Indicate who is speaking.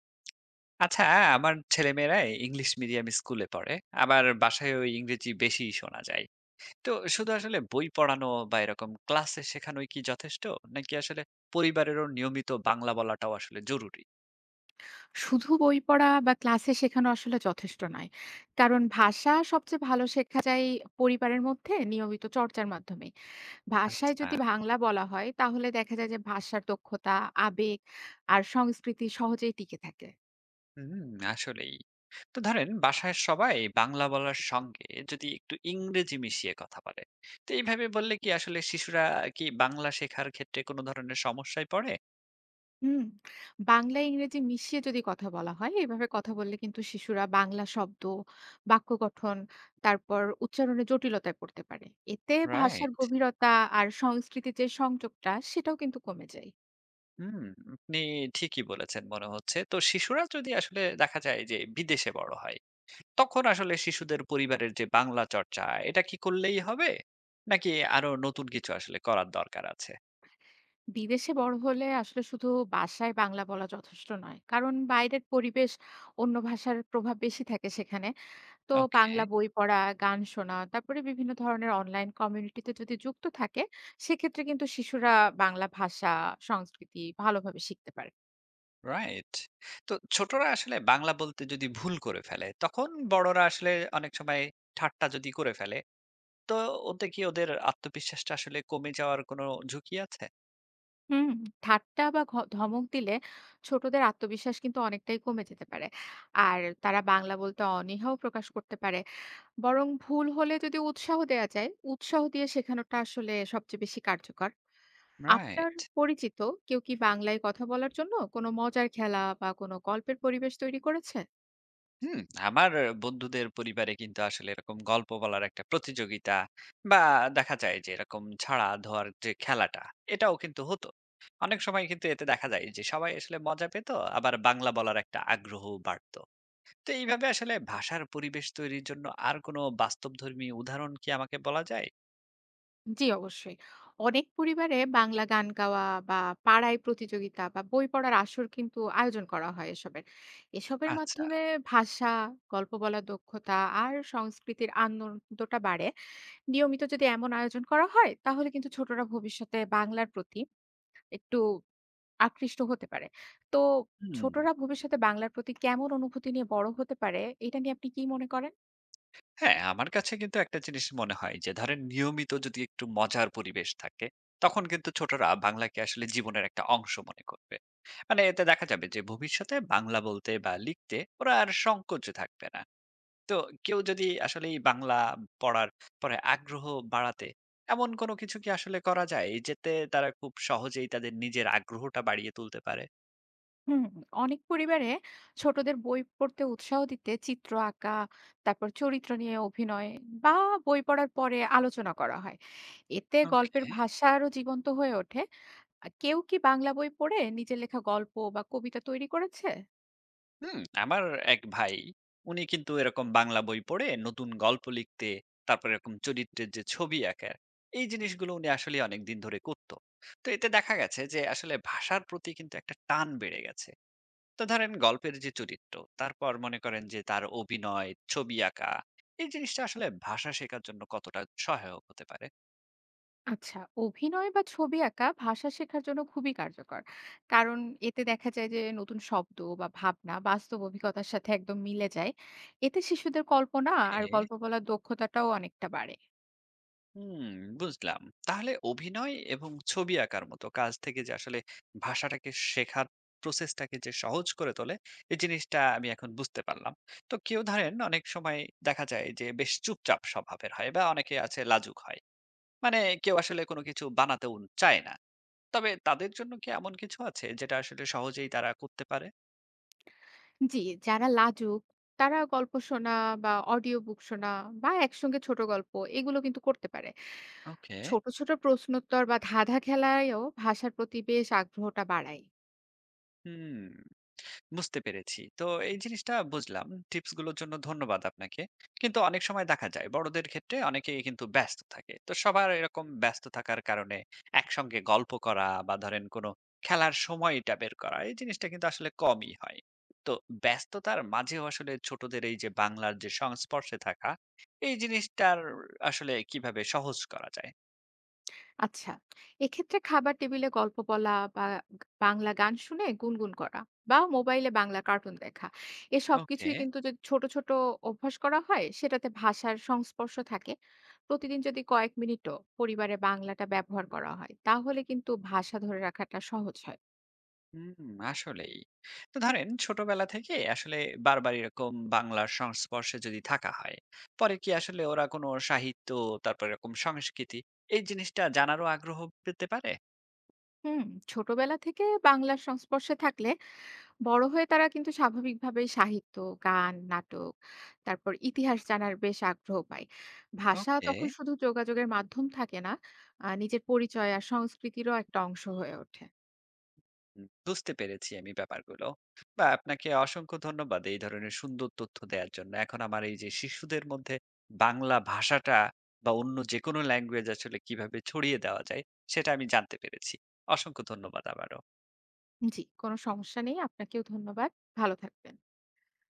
Speaker 1: আচ্ছা, আমার ছেলেমেয়েরা ইংলিশ মিডিয়াম স্কুলে পড়ে। আবার বাসায়ও ইংরেজি বেশিই শোনা যায়। তো শুধু আসলে বই পড়ানো বা এরকম ক্লাসে শেখানোই কি যথেষ্ট? নাকি আসলে পরিবারেরও নিয়মিত বাংলা বলাটাও আসলে জরুরি?
Speaker 2: শুধু বই পড়া বা ক্লাসে শেখানো আসলে যথেষ্ট নয়, কারণ ভাষা সবচেয়ে ভালো শেখা যায় পরিবারের মধ্যে নিয়মিত চর্চার মাধ্যমে। ভাষায়
Speaker 1: আচ্ছা,
Speaker 2: যদি বাংলা বলা হয় তাহলে দেখা যায় যে ভাষার দক্ষতা, আবেগ আর সংস্কৃতি সহজেই টিকে থাকে।
Speaker 1: হুম, আসলেই। তো ধরেন বাসায় সবাই বাংলা বলার সঙ্গে যদি একটু ইংরেজি মিশিয়ে কথা বলে, তো এইভাবে বললে কি আসলে শিশুরা কি বাংলা শেখার ক্ষেত্রে কোনো ধরনের সমস্যায় পড়ে?
Speaker 2: হুম। বাংলা ইংরেজি মিশিয়ে যদি কথা বলা হয়, এভাবে কথা বললে কিন্তু শিশুরা বাংলা শব্দ, বাক্য গঠন, তারপর উচ্চারণে জটিলতায় পড়তে পারে। এতে ভাষার
Speaker 1: রাইট।
Speaker 2: গভীরতা আর সংস্কৃতির যে সংযোগটা সেটাও কিন্তু কমে যায়।
Speaker 1: হুম, আপনি ঠিকই বলেছেন মনে হচ্ছে। তো শিশুরা যদি আসলে দেখা যায় যে বিদেশে বড় হয়, তখন আসলে শিশুদের পরিবারের যে বাংলা চর্চা এটা কি করলেই হবে? নাকি আরো নতুন কিছু আসলে করার দরকার আছে?
Speaker 2: বিদেশে বড় হলে আসলে শুধু বাসায় বাংলা বলা যথেষ্ট নয়, কারণ বাইরের পরিবেশ, অন্য ভাষার প্রভাব বেশি থাকে সেখানে। তো
Speaker 1: ওকে,
Speaker 2: বাংলা বই পড়া, গান শোনা, তারপরে বিভিন্ন ধরনের অনলাইন কমিউনিটিতে যদি যুক্ত থাকে, সেক্ষেত্রে কিন্তু শিশুরা বাংলা ভাষা, সংস্কৃতি ভালোভাবে শিখতে পারে।
Speaker 1: রাইট। তো ছোটরা আসলে বাংলা বলতে যদি ভুল করে ফেলে, তখন বড়রা আসলে অনেক সময় ঠাট্টা যদি করে ফেলে, তো ওতে কি ওদের আত্মবিশ্বাসটা আসলে কমে যাওয়ার কোনো ঝুঁকি আছে?
Speaker 2: হুম। ঠাট্টা বা ধমক দিলে ছোটদের আত্মবিশ্বাস কিন্তু অনেকটাই কমে যেতে পারে, আর তারা বাংলা বলতে অনীহাও প্রকাশ করতে পারে। বরং ভুল হলে যদি উৎসাহ দেয়া যায়, উৎসাহ দিয়ে শেখানোটা আসলে সবচেয়ে বেশি কার্যকর। আপনার
Speaker 1: রাইট।
Speaker 2: পরিচিত কেউ কি বাংলায় কথা বলার জন্য কোনো মজার খেলা বা কোনো গল্পের পরিবেশ তৈরি করেছে?
Speaker 1: হুম, আমার বন্ধুদের পরিবারে কিন্তু আসলে এরকম গল্প বলার একটা প্রতিযোগিতা বা দেখা যায় যে এরকম ছাড়া ধোয়ার যে খেলাটা এটাও কিন্তু হতো অনেক সময় কিন্তু এতে দেখা যায় যে সবাই আসলে মজা পেত আবার বাংলা বলার একটা আগ্রহ বাড়তো। তো এইভাবে আসলে ভাষার পরিবেশ তৈরির জন্য আর কোনো বাস্তবধর্মী উদাহরণ কি আমাকে বলা যায়?
Speaker 2: জি, অবশ্যই। অনেক পরিবারে বাংলা গান গাওয়া বা পাড়ায় প্রতিযোগিতা বা বই পড়ার আসর কিন্তু আয়োজন করা হয়। এসবের এসবের
Speaker 1: আচ্ছা,
Speaker 2: মাধ্যমে ভাষা, গল্প বলার দক্ষতা আর সংস্কৃতির আনন্দটা বাড়ে। নিয়মিত যদি এমন আয়োজন করা হয় তাহলে কিন্তু ছোটরা ভবিষ্যতে বাংলার প্রতি একটু আকৃষ্ট হতে পারে। তো
Speaker 1: হুম,
Speaker 2: ছোটরা ভবিষ্যতে বাংলার প্রতি কেমন অনুভূতি নিয়ে বড় হতে পারে, এটা নিয়ে আপনি কি মনে করেন?
Speaker 1: হ্যাঁ, আমার কাছে কিন্তু একটা জিনিস মনে হয় যে ধরেন নিয়মিত যদি একটু মজার পরিবেশ থাকে, তখন কিন্তু ছোটরা বাংলাকে আসলে জীবনের একটা অংশ মনে করবে। মানে এতে দেখা যাবে যে ভবিষ্যতে বাংলা বলতে বা লিখতে ওরা আর সংকোচে থাকবে না। তো কেউ যদি আসলে এই বাংলা পড়ার পরে আগ্রহ বাড়াতে এমন কোনো কিছু কি আসলে করা যায়? যেতে তারা খুব সহজেই তাদের নিজের আগ্রহটা বাড়িয়ে তুলতে পারে?
Speaker 2: হুম, অনেক পরিবারে ছোটদের বই পড়তে উৎসাহ দিতে চিত্র আঁকা, তারপর চরিত্র নিয়ে অভিনয় বা বই পড়ার পরে আলোচনা করা হয়। এতে গল্পের
Speaker 1: ওকে।
Speaker 2: ভাষা আরো জীবন্ত হয়ে ওঠে। কেউ কি বাংলা বই পড়ে নিজের লেখা গল্প বা কবিতা তৈরি করেছে?
Speaker 1: হুম, আমার এক ভাই উনি কিন্তু এরকম বাংলা বই পড়ে নতুন গল্প লিখতে তারপর এরকম চরিত্রের যে ছবি আঁকার এই জিনিসগুলো উনি আসলে অনেক দিন ধরে করতো। তো এতে দেখা গেছে যে আসলে ভাষার প্রতি কিন্তু একটা টান বেড়ে গেছে। তো ধরেন গল্পের যে চরিত্র তারপর মনে করেন যে তার অভিনয় ছবি আঁকা এই জিনিসটা আসলে ভাষা শেখার জন্য কতটা সহায়ক হতে পারে?
Speaker 2: আচ্ছা, অভিনয় বা ছবি আঁকা ভাষা শেখার জন্য খুবই কার্যকর। কারণ এতে দেখা যায় যে নতুন শব্দ বা ভাবনা বাস্তব অভিজ্ঞতার সাথে একদম মিলে যায়। এতে শিশুদের কল্পনা আর
Speaker 1: ওকে,
Speaker 2: গল্প বলার দক্ষতাটাও অনেকটা বাড়ে।
Speaker 1: হুম, বুঝলাম। তাহলে অভিনয় এবং ছবি আঁকার মতো কাজ থেকে যে আসলে ভাষাটাকে শেখার প্রসেসটাকে যে সহজ করে তোলে, এই জিনিসটা আমি এখন বুঝতে পারলাম। তো কেউ ধরেন অনেক সময় দেখা যায় যে বেশ চুপচাপ স্বভাবের হয় বা অনেকে আছে লাজুক হয়। মানে কেউ আসলে কোনো কিছু বানাতেও চায় না। তবে তাদের জন্য কি এমন কিছু আছে যেটা আসলে সহজেই তারা করতে পারে?
Speaker 2: জি, যারা লাজুক তারা গল্প শোনা বা অডিও বুক শোনা বা একসঙ্গে ছোট গল্প, এগুলো কিন্তু করতে পারে।
Speaker 1: ওকে,
Speaker 2: ছোট, ছোট প্রশ্নোত্তর বা ধাঁধা খেলায়ও ভাষার প্রতি বেশ আগ্রহটা বাড়ায়।
Speaker 1: হুম। বুঝতে পেরেছি। তো এই জিনিসটা বুঝলাম। টিপস গুলোর জন্য ধন্যবাদ আপনাকে। কিন্তু অনেক সময় দেখা যায় বড়দের ক্ষেত্রে অনেকেই কিন্তু ব্যস্ত থাকে। তো সবার এরকম ব্যস্ত থাকার কারণে একসঙ্গে গল্প করা বা ধরেন কোনো খেলার সময়টা বের করা এই জিনিসটা কিন্তু আসলে কমই হয়। তো ব্যস্ততার মাঝেও আসলে ছোটদের এই যে বাংলার যে সংস্পর্শে থাকা এই জিনিসটার আসলে কিভাবে সহজ করা যায়?
Speaker 2: আচ্ছা, এক্ষেত্রে খাবার টেবিলে গল্প বলা বা বাংলা গান শুনে গুনগুন করা বা মোবাইলে বাংলা কার্টুন দেখা, এ
Speaker 1: ওকে।
Speaker 2: সবকিছুই কিন্তু যদি ছোট ছোট অভ্যাস করা হয় সেটাতে ভাষার সংস্পর্শ থাকে। প্রতিদিন যদি কয়েক মিনিটও পরিবারে বাংলাটা ব্যবহার করা হয় তাহলে কিন্তু ভাষা ধরে রাখাটা সহজ হয়।
Speaker 1: হুম, আসলেই। তো ধরেন ছোটবেলা থেকে আসলে বারবার এরকম বাংলার সংস্পর্শে যদি থাকা হয়, পরে কি আসলে ওরা কোনো সাহিত্য তারপর এরকম সংস্কৃতি এই জিনিসটা জানারও আগ্রহ পেতে পারে?
Speaker 2: হুম। ছোটবেলা থেকে বাংলার সংস্পর্শে থাকলে বড় হয়ে তারা কিন্তু স্বাভাবিকভাবেই সাহিত্য, গান, নাটক, তারপর ইতিহাস জানার বেশ আগ্রহ পায়। ভাষা
Speaker 1: ওকে।
Speaker 2: তখন শুধু যোগাযোগের মাধ্যম থাকে না, নিজের পরিচয় আর সংস্কৃতিরও একটা অংশ হয়ে ওঠে।
Speaker 1: হুম, বুঝতে পেরেছি আমি ব্যাপারগুলো। বা আপনাকে অসংখ্য ধন্যবাদ এই ধরনের সুন্দর তথ্য দেওয়ার জন্য। এখন আমার এই যে শিশুদের মধ্যে বাংলা ভাষাটা বা অন্য যেকোনো ল্যাঙ্গুয়েজ আসলে কিভাবে ছড়িয়ে দেওয়া যায় সেটা আমি জানতে পেরেছি। অসংখ্য ধন্যবাদ আবারও।
Speaker 2: জি, কোনো সমস্যা নেই। আপনাকেও ধন্যবাদ। ভালো থাকবেন।